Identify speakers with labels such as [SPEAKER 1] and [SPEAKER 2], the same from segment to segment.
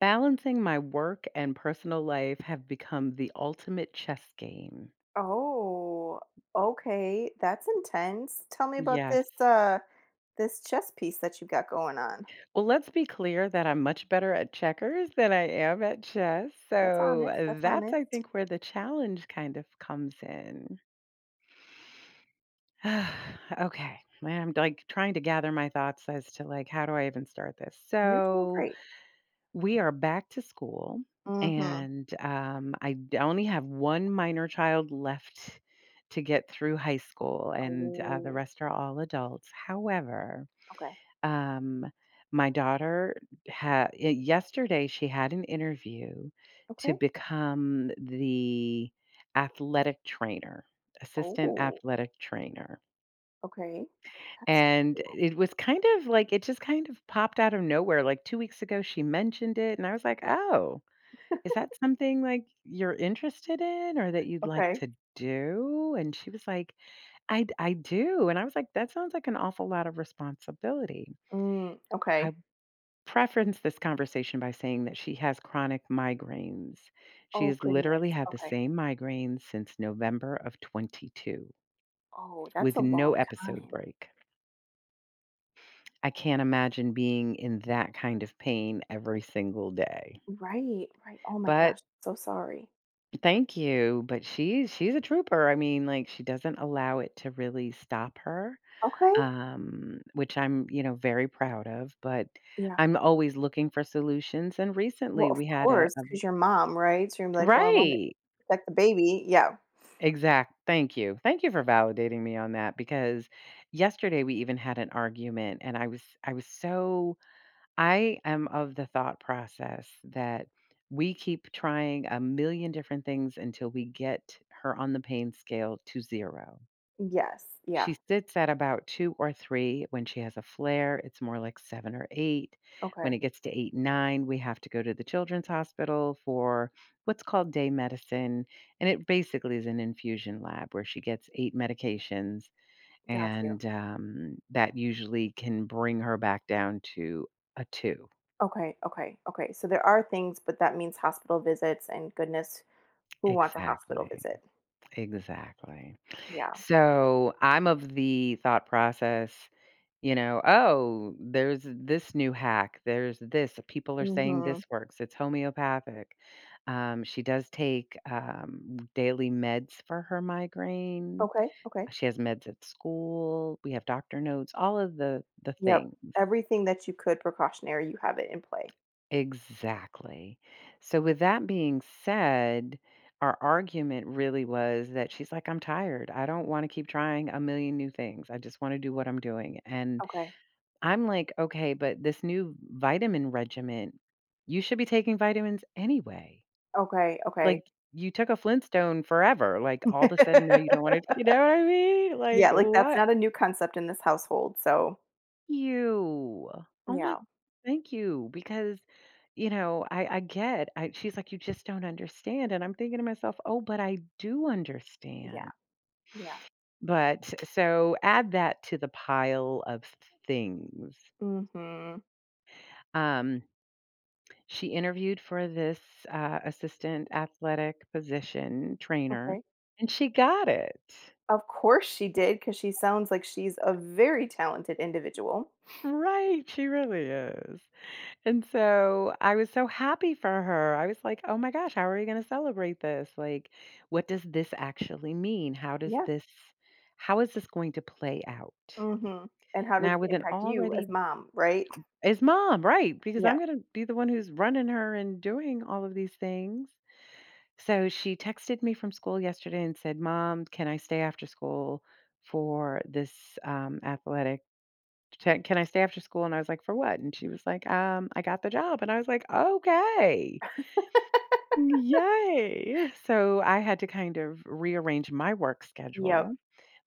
[SPEAKER 1] Balancing my work and personal life have become the ultimate chess game.
[SPEAKER 2] Oh, okay. That's intense. Tell me about
[SPEAKER 1] Yes.
[SPEAKER 2] this this chess piece that you got going on.
[SPEAKER 1] Well, let's be clear that I'm much better at checkers than I am at chess.
[SPEAKER 2] That's
[SPEAKER 1] So
[SPEAKER 2] honest. That's
[SPEAKER 1] that's, I
[SPEAKER 2] honest.
[SPEAKER 1] think, where the challenge kind of comes in. Okay. Man, I'm like trying to gather my thoughts as to like how do I even start this?
[SPEAKER 2] You're doing
[SPEAKER 1] So
[SPEAKER 2] great.
[SPEAKER 1] we are back to school,
[SPEAKER 2] Mm-hmm.
[SPEAKER 1] and only have one minor child left to get through high school, and the
[SPEAKER 2] Oh,
[SPEAKER 1] rest are all adults. However,
[SPEAKER 2] okay.
[SPEAKER 1] um, my daughter had yesterday she had an interview to
[SPEAKER 2] Okay.
[SPEAKER 1] become the athletic trainer, assistant
[SPEAKER 2] Oh,
[SPEAKER 1] athletic trainer.
[SPEAKER 2] okay. That's
[SPEAKER 1] And
[SPEAKER 2] cool.
[SPEAKER 1] it was kind of like it just kind of popped out of nowhere. Like 2 weeks ago, she mentioned it, and I was like, oh, is that something, like, you're interested in or that you'd like
[SPEAKER 2] Okay.
[SPEAKER 1] to do? And she was like, I do." And I was like, "That sounds like an awful lot of responsibility."
[SPEAKER 2] Mm,
[SPEAKER 1] I
[SPEAKER 2] okay.
[SPEAKER 1] preferenced this conversation by saying that she has chronic migraines. She
[SPEAKER 2] Oh
[SPEAKER 1] has
[SPEAKER 2] goodness.
[SPEAKER 1] literally had the
[SPEAKER 2] Okay.
[SPEAKER 1] same migraines since November of 22
[SPEAKER 2] Oh, that's
[SPEAKER 1] with
[SPEAKER 2] a
[SPEAKER 1] no
[SPEAKER 2] long
[SPEAKER 1] episode
[SPEAKER 2] time.
[SPEAKER 1] break. I can't imagine being in that kind of pain every single day.
[SPEAKER 2] Right, right. Oh my
[SPEAKER 1] But
[SPEAKER 2] gosh. So sorry.
[SPEAKER 1] Thank you, but she's a trooper. I mean, like, she doesn't allow it to really stop her,
[SPEAKER 2] Okay.
[SPEAKER 1] which I'm, very proud of, but
[SPEAKER 2] Yeah.
[SPEAKER 1] I'm always looking for solutions, and
[SPEAKER 2] Well,
[SPEAKER 1] recently
[SPEAKER 2] of
[SPEAKER 1] we had a
[SPEAKER 2] course, course,
[SPEAKER 1] a
[SPEAKER 2] 'cause your mom, right? So you're like, "Well, I wanna
[SPEAKER 1] Right.
[SPEAKER 2] protect the baby." Yeah.
[SPEAKER 1] Exact Thank you. Thank you for validating me on that because yesterday we even had an argument, and I was so I am of the thought process that we keep trying a million different things until we get her on the pain scale to 0.
[SPEAKER 2] Yes. Yeah.
[SPEAKER 1] She sits at about 2 or 3. When she has a flare, it's more like 7 or 8. When it
[SPEAKER 2] Okay.
[SPEAKER 1] gets to 8, 9, we have to go to the children's hospital for what's called day medicine, and it basically is an infusion lab where she gets 8 medications,
[SPEAKER 2] Got you.
[SPEAKER 1] and that usually can bring her back down to a 2.
[SPEAKER 2] Okay, okay, okay. So there are things, but that means hospital visits, and goodness, who wants a hospital
[SPEAKER 1] Exactly,
[SPEAKER 2] visit?
[SPEAKER 1] exactly.
[SPEAKER 2] Yeah.
[SPEAKER 1] So, I'm of the thought process, "Oh, there's this new hack, there's this, people are saying
[SPEAKER 2] Mhm.
[SPEAKER 1] this works, it's homeopathic." She does take, daily meds for her migraine,
[SPEAKER 2] Okay, okay.
[SPEAKER 1] she has meds at school, we have doctor notes, all of the
[SPEAKER 2] Yep.
[SPEAKER 1] things.
[SPEAKER 2] Everything that you could precautionary, you have it in play.
[SPEAKER 1] Exactly. So, with that being said, our argument really was that she's like, I'm tired. I don't want to keep trying a million new things. I just want to do what I'm doing. And
[SPEAKER 2] Okay.
[SPEAKER 1] I'm like, okay, but this new vitamin regimen, you should be taking vitamins anyway.
[SPEAKER 2] Okay,
[SPEAKER 1] Like,
[SPEAKER 2] okay.
[SPEAKER 1] you took a Flintstone forever. Like, all of a sudden now you don't want to, you know what I mean? Like,
[SPEAKER 2] Yeah, like, that's
[SPEAKER 1] what?
[SPEAKER 2] not a new concept in this household, so
[SPEAKER 1] You. Oh my
[SPEAKER 2] yeah,
[SPEAKER 1] Thank you because I get. I She's like you just don't understand and I'm thinking to myself, "Oh, but I do understand."
[SPEAKER 2] yeah, yeah.
[SPEAKER 1] But so add that to the pile of things.
[SPEAKER 2] Mhm.
[SPEAKER 1] Um she interviewed for this assistant athletic position trainer
[SPEAKER 2] Okay.
[SPEAKER 1] and she got it.
[SPEAKER 2] Of course she did, because she sounds like she's a very talented individual.
[SPEAKER 1] Right, she really is. And so I was so happy for her. I was like, "Oh my gosh, how are we gonna celebrate this? Like, what does this actually mean?
[SPEAKER 2] Yeah,
[SPEAKER 1] How is this going to play out?"
[SPEAKER 2] mhm, and how does
[SPEAKER 1] Now
[SPEAKER 2] it
[SPEAKER 1] with an
[SPEAKER 2] impact you as
[SPEAKER 1] already
[SPEAKER 2] mom, right?
[SPEAKER 1] is mom, right, because I'm
[SPEAKER 2] Yep,
[SPEAKER 1] gonna be the one who's running her and doing all of these things. So she texted me from school yesterday and said, "Mom, can I stay after school for this athletic? Can I stay after school?" And I was like, "For what?" And she was like, "I got the job." And I was like, "Okay." Yay! So I had to kind of rearrange my work schedule,
[SPEAKER 2] yep,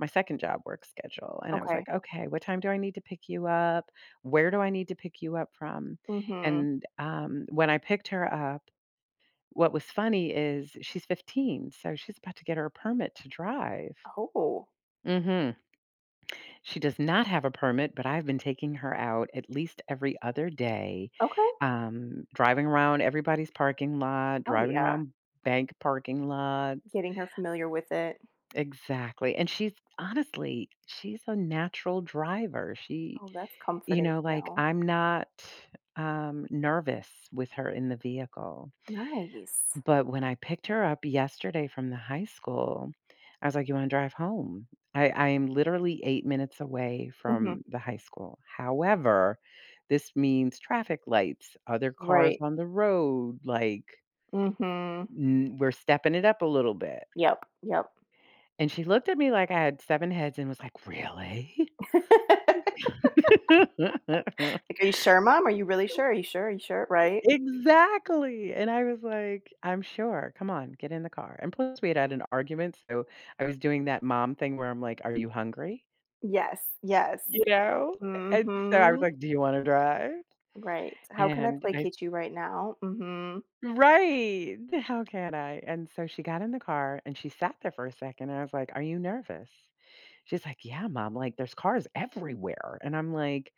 [SPEAKER 1] my second job work schedule. And I was
[SPEAKER 2] okay,
[SPEAKER 1] like, okay, what time do I need to pick you up? Where do I need to pick you up from?
[SPEAKER 2] mhm.
[SPEAKER 1] And when I picked her up, what was funny is she's 15, so she's about to get her permit to drive.
[SPEAKER 2] Oh,
[SPEAKER 1] hmm she does not have a permit, but I've been taking her out at least every other day,
[SPEAKER 2] okay.
[SPEAKER 1] driving around everybody's parking lot,
[SPEAKER 2] Oh,
[SPEAKER 1] driving
[SPEAKER 2] yeah,
[SPEAKER 1] around bank parking lots.
[SPEAKER 2] getting her familiar with it.
[SPEAKER 1] Exactly. And she's honestly, she's a natural driver. She,
[SPEAKER 2] Oh, that's
[SPEAKER 1] you
[SPEAKER 2] comforting
[SPEAKER 1] know,
[SPEAKER 2] to
[SPEAKER 1] like
[SPEAKER 2] know.
[SPEAKER 1] I'm not nervous with her in the vehicle.
[SPEAKER 2] Nice.
[SPEAKER 1] But when I picked her up yesterday from the high school, I was like, "You wanna drive home?" I am literally 8 minutes away
[SPEAKER 2] Mhm,
[SPEAKER 1] from the high school. However, this means traffic lights, other cars
[SPEAKER 2] right,
[SPEAKER 1] on the road, like,
[SPEAKER 2] mhm.
[SPEAKER 1] n we're stepping it up a little bit.
[SPEAKER 2] Yep, yep.
[SPEAKER 1] And she looked at me like I had 7 heads and was like, "Really?"
[SPEAKER 2] Like, "Are you sure, mom? Are you really sure? Are you sure? Are you sure?"
[SPEAKER 1] E
[SPEAKER 2] Right?
[SPEAKER 1] exactly, and I was like, "I'm sure, come on, get in the car," and plus we had had an argument, so I was doing that mom thing where I'm like, "Are you hungry?"
[SPEAKER 2] Yes, yes.
[SPEAKER 1] You know? And so I was
[SPEAKER 2] Mhm.
[SPEAKER 1] like, "Do you wanna drive?"
[SPEAKER 2] Right. How can I
[SPEAKER 1] And I s
[SPEAKER 2] placate you right now? Mhm.
[SPEAKER 1] Right! How can I? And so she got in the car and she sat there for a second, and I was like, "Are you nervous?" She's like, "Yeah, mom, like, there's cars everywhere," and I'm like,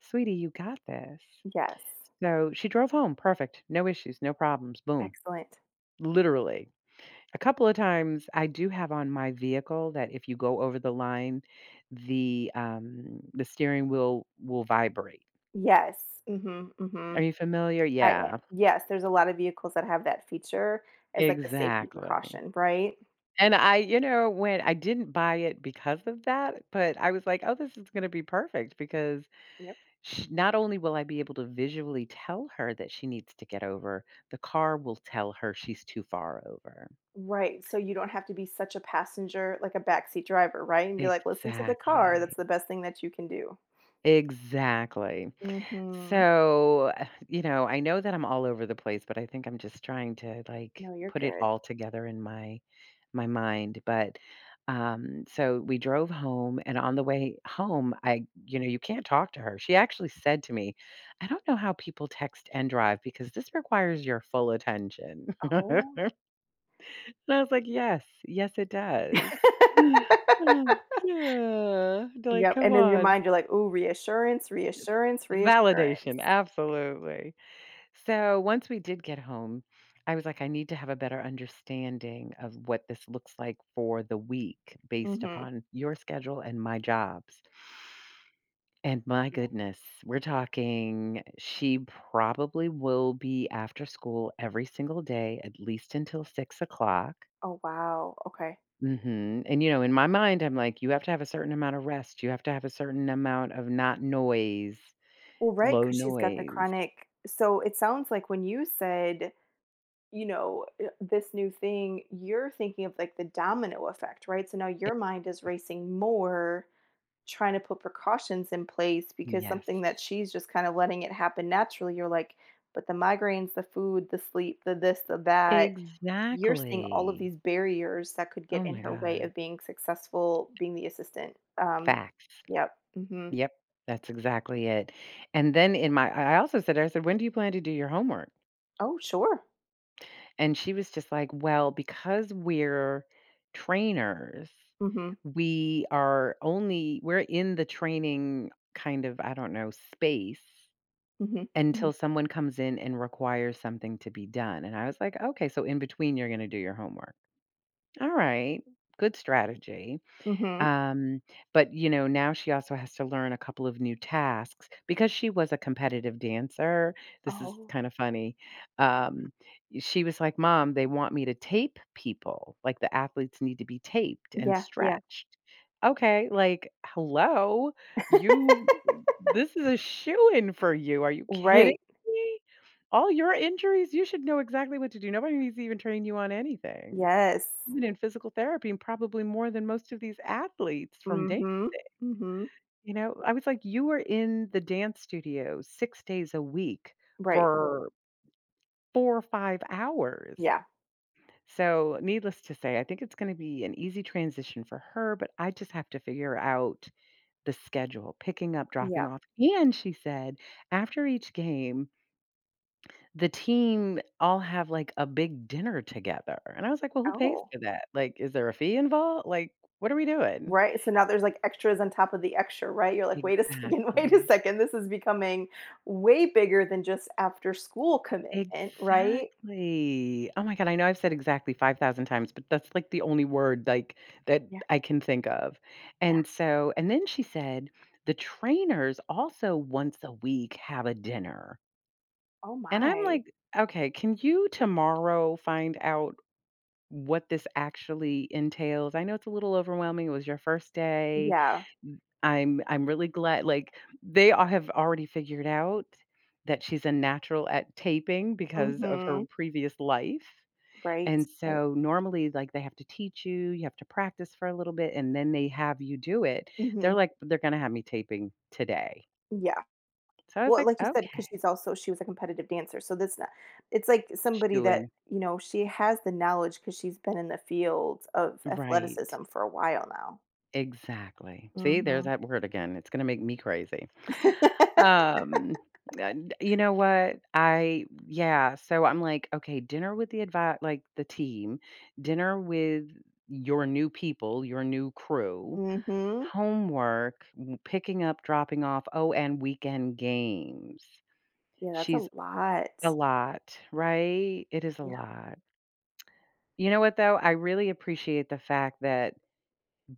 [SPEAKER 1] "Sweetie, you got this."
[SPEAKER 2] Yes.
[SPEAKER 1] So she drove home, perfect, no issues, no problems, boom,
[SPEAKER 2] Excellent.
[SPEAKER 1] literally. A couple of times I do have on my vehicle that if you go over the line, the steering wheel will vibrate.
[SPEAKER 2] Yes. Mhm,
[SPEAKER 1] Are
[SPEAKER 2] mhm.
[SPEAKER 1] you familiar?
[SPEAKER 2] I eh
[SPEAKER 1] Yeah,
[SPEAKER 2] Yes, there's a lot of vehicles that have that feature as, like, a safety
[SPEAKER 1] exactly.
[SPEAKER 2] precaution, right?
[SPEAKER 1] And I, when I didn't buy it because of that, but I was like, "Oh, this is gonna be perfect," because
[SPEAKER 2] Yep.
[SPEAKER 1] sh not only will I be able to visually tell her that she needs to get over, the car will tell her she's too far over.
[SPEAKER 2] Right, so you don't have to be such a passenger, like a backseat driver, right? And be like, "Listen to the car, that's
[SPEAKER 1] Exactly.
[SPEAKER 2] the best thing that you can do."
[SPEAKER 1] Exactly.
[SPEAKER 2] Mhm.
[SPEAKER 1] So, I know that I'm all over the place, but I think I'm just trying to like
[SPEAKER 2] No, you're
[SPEAKER 1] put it
[SPEAKER 2] good.
[SPEAKER 1] all together in my mind. But so we drove home and on the way home, you can't talk to her. She actually said to me, "I don't know how people text and drive because this requires your full attention." and
[SPEAKER 2] Oh.
[SPEAKER 1] I was like, "Yes, yes it does." Yeah. Like,
[SPEAKER 2] Yep,
[SPEAKER 1] come
[SPEAKER 2] and in your
[SPEAKER 1] on.
[SPEAKER 2] mind, you're like, "Ooh, reassurance, reassurance,
[SPEAKER 1] Validation,
[SPEAKER 2] reassurance."
[SPEAKER 1] absolutely. So once we did get home, I was like, I need to have a better understanding of what this looks like for the week based
[SPEAKER 2] Mhm.
[SPEAKER 1] upon your schedule and my jobs. And my
[SPEAKER 2] Yeah.
[SPEAKER 1] goodness, we're talking, she probably will be after school every single day, at least until 6 o'clock.
[SPEAKER 2] Oh, wow, okay.
[SPEAKER 1] And, in my mind, I'm like, you have to have a certain amount of rest, you have to have a certain amount of not noise,
[SPEAKER 2] Well, right,
[SPEAKER 1] low
[SPEAKER 2] because 'cause she's got the
[SPEAKER 1] noise.
[SPEAKER 2] chronic so it sounds like when you said, this new thing, you're thinking of, like, the domino effect, right? So now your mind is racing more, trying to put precautions in place because
[SPEAKER 1] Yes,
[SPEAKER 2] something that she's just kinda letting it happen naturally, you're like, "But the migraines, the food, the sleep, the this, the that." You're seeing all of
[SPEAKER 1] exactly.
[SPEAKER 2] these barriers that could
[SPEAKER 1] Oh
[SPEAKER 2] get in
[SPEAKER 1] my
[SPEAKER 2] her way
[SPEAKER 1] god.
[SPEAKER 2] of being successful, being the assistant.
[SPEAKER 1] Facts.
[SPEAKER 2] Yep, mhm.
[SPEAKER 1] Yep, that's exactly it. And then in my I also said, I said, "When do you plan to do your homework?"
[SPEAKER 2] Oh, sure.
[SPEAKER 1] And she was just like, "Well, because we're trainers,
[SPEAKER 2] Mhm,
[SPEAKER 1] we are only we're in the training kind of, I don't know, space
[SPEAKER 2] mhm,
[SPEAKER 1] until
[SPEAKER 2] mhm,
[SPEAKER 1] someone comes in and requires something to be done." And I was like, "Okay, so in between you're going to do your homework." All right. Good strategy.
[SPEAKER 2] mhm.
[SPEAKER 1] Um, but, now she also has to learn a couple of new tasks because she was a competitive dancer. This is
[SPEAKER 2] Oh,
[SPEAKER 1] kind of funny. Um, she was like, Mom, they want me to tape people. Like the athletes need to be taped and
[SPEAKER 2] yeah, yeah.
[SPEAKER 1] stretched. Okay, like, hello, you, this is a shoe in for you. Are you kidding
[SPEAKER 2] Right,
[SPEAKER 1] me? All your injuries, you should know exactly what to do. Nobody needs to even train you on anything.
[SPEAKER 2] yes.
[SPEAKER 1] Even in physical therapy and probably more than most of these athletes from dance,
[SPEAKER 2] Mhm, mhm.
[SPEAKER 1] you know? I was like, "You were in the dance studio 6 days a week
[SPEAKER 2] Right,
[SPEAKER 1] for 4 or 5 hours."
[SPEAKER 2] yeah,
[SPEAKER 1] So, needless to say, I think it's gonna be an easy transition for her, but I just have to figure out the schedule, picking up, dropping
[SPEAKER 2] yeah.
[SPEAKER 1] off, and she said after each game, the team all have, like, a big dinner together, and I was like, "Well, who pays
[SPEAKER 2] Oh,
[SPEAKER 1] for that? Like, is there a fee involved? Like, what are we doing?"
[SPEAKER 2] right, so now there's, like, extras on top of the extra, right? You're like, "Wait a second, wait a
[SPEAKER 1] Exactly.
[SPEAKER 2] second, this is becoming way bigger than just after school commitment," right?
[SPEAKER 1] Exactly. Oh my god, I know I've said exactly 5,000 times, but that's, like, the only word, like, that
[SPEAKER 2] Yeah,
[SPEAKER 1] I can think of.
[SPEAKER 2] yeah.
[SPEAKER 1] And then she said, "The trainers also once a week have a dinner."
[SPEAKER 2] Oh
[SPEAKER 1] And I'm
[SPEAKER 2] my.
[SPEAKER 1] like, "Okay, can you tomorrow find out what this actually entails?" I know it's a little overwhelming, it was your first day.
[SPEAKER 2] Yeah.
[SPEAKER 1] I'm really glad like, they all have already figured out that she's a natural at taping because of her
[SPEAKER 2] Mhm.
[SPEAKER 1] previous life,
[SPEAKER 2] Right,
[SPEAKER 1] and
[SPEAKER 2] right.
[SPEAKER 1] so, normally, like, they have to teach you, you have to practice for a little bit, and then they have you do it. They're
[SPEAKER 2] Mhm.
[SPEAKER 1] like, "They're gonna have me taping today."
[SPEAKER 2] Yeah.
[SPEAKER 1] So I was
[SPEAKER 2] Well,
[SPEAKER 1] like,
[SPEAKER 2] like you said, because
[SPEAKER 1] "Okay,
[SPEAKER 2] she was a competitive dancer, so that's not it's like somebody that,
[SPEAKER 1] shoo-in."
[SPEAKER 2] you know, she has the knowledge because she's been in the field of
[SPEAKER 1] Right.
[SPEAKER 2] athleticism for a while now.
[SPEAKER 1] Exactly. See, there's
[SPEAKER 2] Mhm.
[SPEAKER 1] that word again, it's gonna make me crazy.
[SPEAKER 2] Mhm.
[SPEAKER 1] Um, you know what? I Yeah, so I'm like, okay, dinner with the advi like, the team, dinner with your new people, your new crew, homework, w picking up, dropping off, oh, and weekend games.
[SPEAKER 2] Yeah, that's
[SPEAKER 1] She's
[SPEAKER 2] a
[SPEAKER 1] a
[SPEAKER 2] lot.
[SPEAKER 1] lot, right? It is a
[SPEAKER 2] Yeah.
[SPEAKER 1] lot. You know what, though? I really appreciate the fact that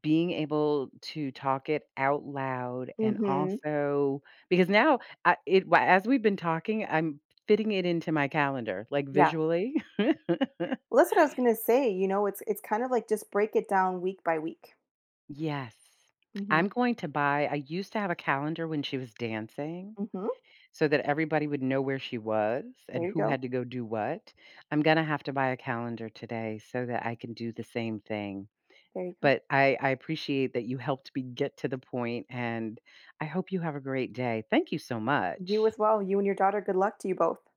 [SPEAKER 1] being able to talk it out loud and
[SPEAKER 2] Mhm.
[SPEAKER 1] also because now I it wh as we've been talking, I'm fitting it into my calendar, like,
[SPEAKER 2] Yeah.
[SPEAKER 1] visually.
[SPEAKER 2] Well, that's what I was gonna say, you know, it's kind of like just break it down week by week.
[SPEAKER 1] Yes.
[SPEAKER 2] Mhm.
[SPEAKER 1] I used to have a calendar when she was dancing
[SPEAKER 2] Mhm.
[SPEAKER 1] so that everybody would know where she was and
[SPEAKER 2] There you
[SPEAKER 1] who
[SPEAKER 2] go.
[SPEAKER 1] had to go do what. I'm gonna have to buy a calendar today so that I can do the same thing.
[SPEAKER 2] There you go.
[SPEAKER 1] But I appreciate that you helped me get to the point, and I hope you have a great day. Thank you so
[SPEAKER 2] You
[SPEAKER 1] much.
[SPEAKER 2] as well. You and your daughter, good luck to you both.